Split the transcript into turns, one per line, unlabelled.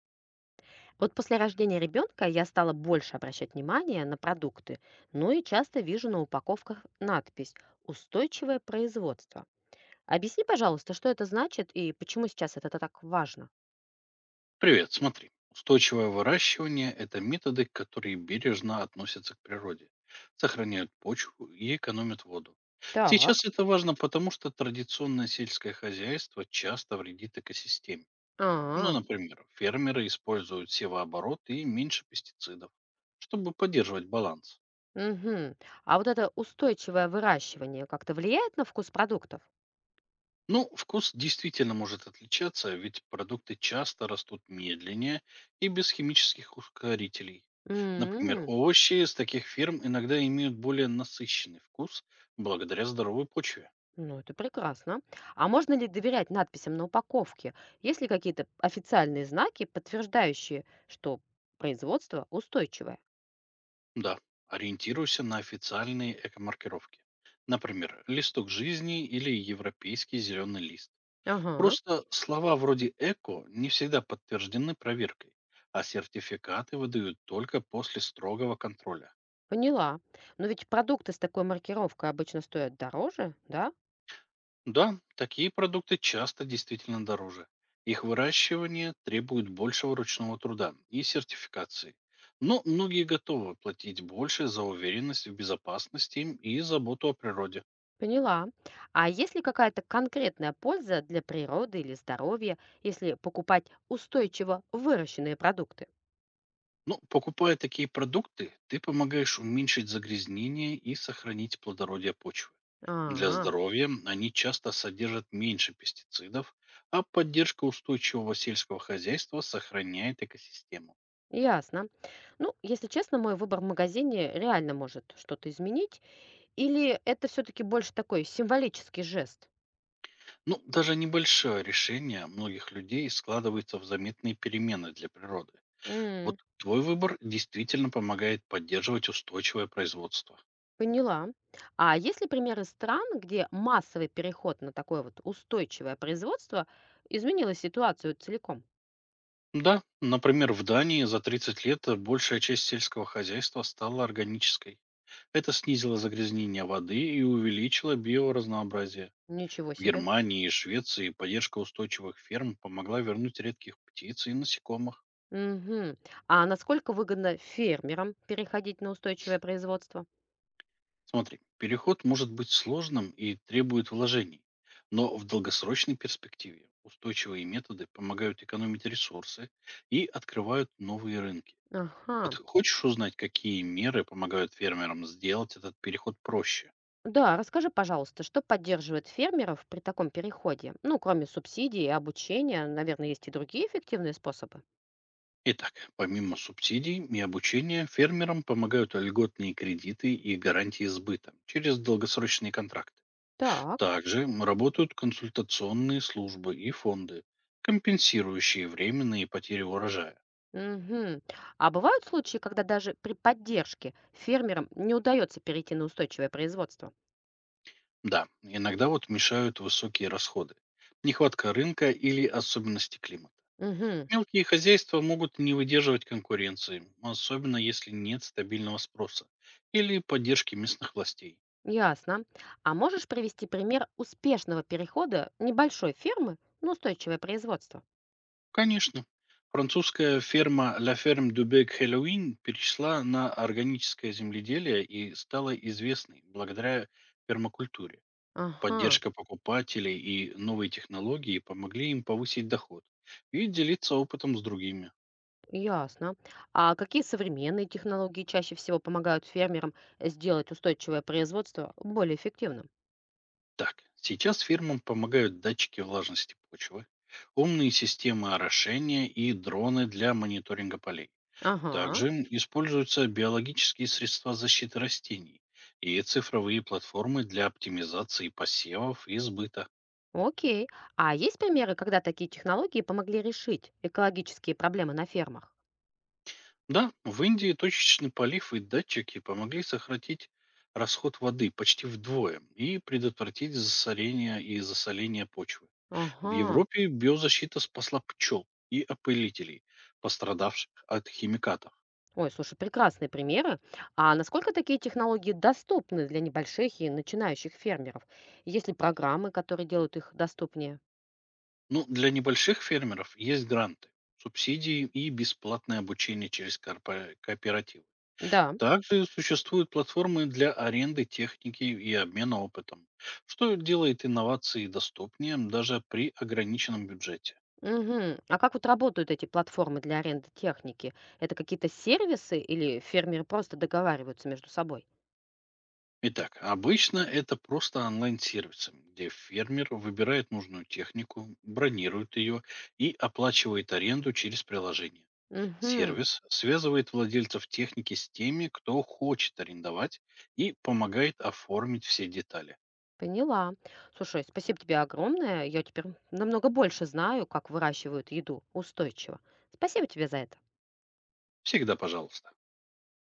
Вот после рождения ребенка я стала больше обращать внимание на продукты, ну и часто вижу на упаковках надпись «Устойчивое производство». Объясни, пожалуйста, что это значит и почему сейчас это так важно?
Привет, смотри. Устойчивое выращивание– это методы, которые бережно относятся к природе, сохраняют почву и экономят воду. Сейчас
Так.
это важно, потому что традиционное сельское хозяйство часто вредит экосистеме. Ну,
А,
например, фермеры используют севооборот и меньше пестицидов, чтобы поддерживать баланс.
мгм. А вот это устойчивое выращивание как-то влияет на вкус продуктов?
Ну, вкус действительно может отличаться, ведь продукты часто растут медленнее и без химических ускорителей. Например,
М.
овощи из таких ферм иногда имеют более насыщенный вкус благодаря здоровой почве.
Ну, это прекрасно. А можно ли доверять надписям на упаковке? Есть ли какие-то официальные знаки, подтверждающие, что производство устойчивое?
Да, ориентируйся на официальные экомаркировки. Например, листок жизни или европейский зеленый лист.
Ага.
Просто слова вроде «эко» не всегда подтверждены проверкой, а сертификаты выдают только после строгого контроля.
Поняла. Но ведь продукты с такой маркировкой обычно стоят дороже, да?
Да, такие продукты часто действительно дороже. Их выращивание требует большего ручного труда и сертификации. Но многие готовы платить больше за уверенность в безопасности и заботу о природе.
Поняла. А есть ли какая-то конкретная польза для природы или здоровья, если покупать устойчиво выращенные продукты?
Но покупая такие продукты, ты помогаешь уменьшить загрязнение и сохранить плодородие почвы. Для
А,
здоровья они часто содержат меньше пестицидов, а поддержка устойчивого сельского хозяйства сохраняет экосистему.
ясно. Ну, если честно, мой выбор в магазине реально может что-то изменить, или это все-таки больше такой символический жест?
Ну, даже небольшое решение многих людей складывается в заметные перемены для природы. Вот
М.
твой выбор действительно помогает поддерживать устойчивое производство.
Поняла. А есть ли примеры стран, где массовый переход на такое вот устойчивое производство изменило ситуацию целиком?
Да, например, в Дании за 30 лет большая часть сельского хозяйства стала органической. Это снизило загрязнение воды и увеличило биоразнообразие.
Ничего
В
себе.
Германии и Швеции поддержка устойчивых ферм помогла вернуть редких птиц и насекомых.
Мгм. А насколько выгодно фермерам переходить на устойчивое производство?
Смотри, переход может быть сложным и требует вложений, но в долгосрочной перспективе устойчивые методы помогают экономить ресурсы и открывают новые рынки.
Ага.
Вот хочешь узнать, какие меры помогают фермерам сделать этот переход проще?
Да, расскажи, пожалуйста, что поддерживает фермеров при таком переходе? Ну, кроме субсидий и обучения, наверное, есть и другие эффективные способы.
Итак, помимо субсидий и обучения, фермерам помогают льготные кредиты и гарантии сбыта через долгосрочные контракты.
Так.
Также работают консультационные службы и фонды, компенсирующие временные потери урожая.
Мгм. А бывают случаи, когда даже при поддержке фермерам не удается перейти на устойчивое производство?
Да, иногда вот мешают высокие расходы, нехватка рынка или особенности климата.
Угу.
Мелкие хозяйства могут не выдерживать конкуренции, особенно если нет стабильного спроса или поддержки местных властей.
Ясно. А можешь привести пример успешного перехода небольшой фермы на устойчивое производство?
Конечно, французская ферма La Ferme du Bec Halloween перешла на органическое земледелие и стала известной благодаря пермакультуре.
Ага,
Поддержка покупателей и новые технологии помогли им повысить доход и делиться опытом с другими.
ясно. А какие современные технологии чаще всего помогают фермерам сделать устойчивое производство более эффективным?
Так, сейчас фирмам помогают датчики влажности почвы, умные системы орошения и дроны для мониторинга полей.
Ага,
Также используются биологические средства защиты растений и цифровые платформы для оптимизации посевов и сбыта.
окей. А есть примеры, когда такие технологии помогли решить экологические проблемы на фермах?
Да, в Индии точечный полив и датчики помогли сократить расход воды почти вдвое и предотвратить засорение и засоление почвы. В
Ага.
Европе биозащита спасла пчел и опылителей, пострадавших от химикатов.
Ой, слушай, прекрасные примеры. А насколько такие технологии доступны для небольших и начинающих фермеров? Есть ли программы, которые делают их доступнее?
Но для небольших фермеров есть гранты, субсидии и бесплатное обучение через кооперативы.
Да.
Также существуют платформы для аренды техники и обмена опытом, что делает инновации доступнее даже при ограниченном бюджете.
Мгм. А как вот работают эти платформы для аренды техники? Это какие-то сервисы или фермеры просто договариваются между собой?
Итак, обычно это просто онлайн-сервисы, где фермер выбирает нужную технику, бронирует ее и оплачивает аренду через приложение.
Угу,
Сервис связывает владельцев техники с теми, кто хочет арендовать и помогает оформить все детали.
поняла. Слушай, спасибо тебе огромное. Я теперь намного больше знаю, как выращивают еду устойчиво. Спасибо тебе за это.
Всегда пожалуйста.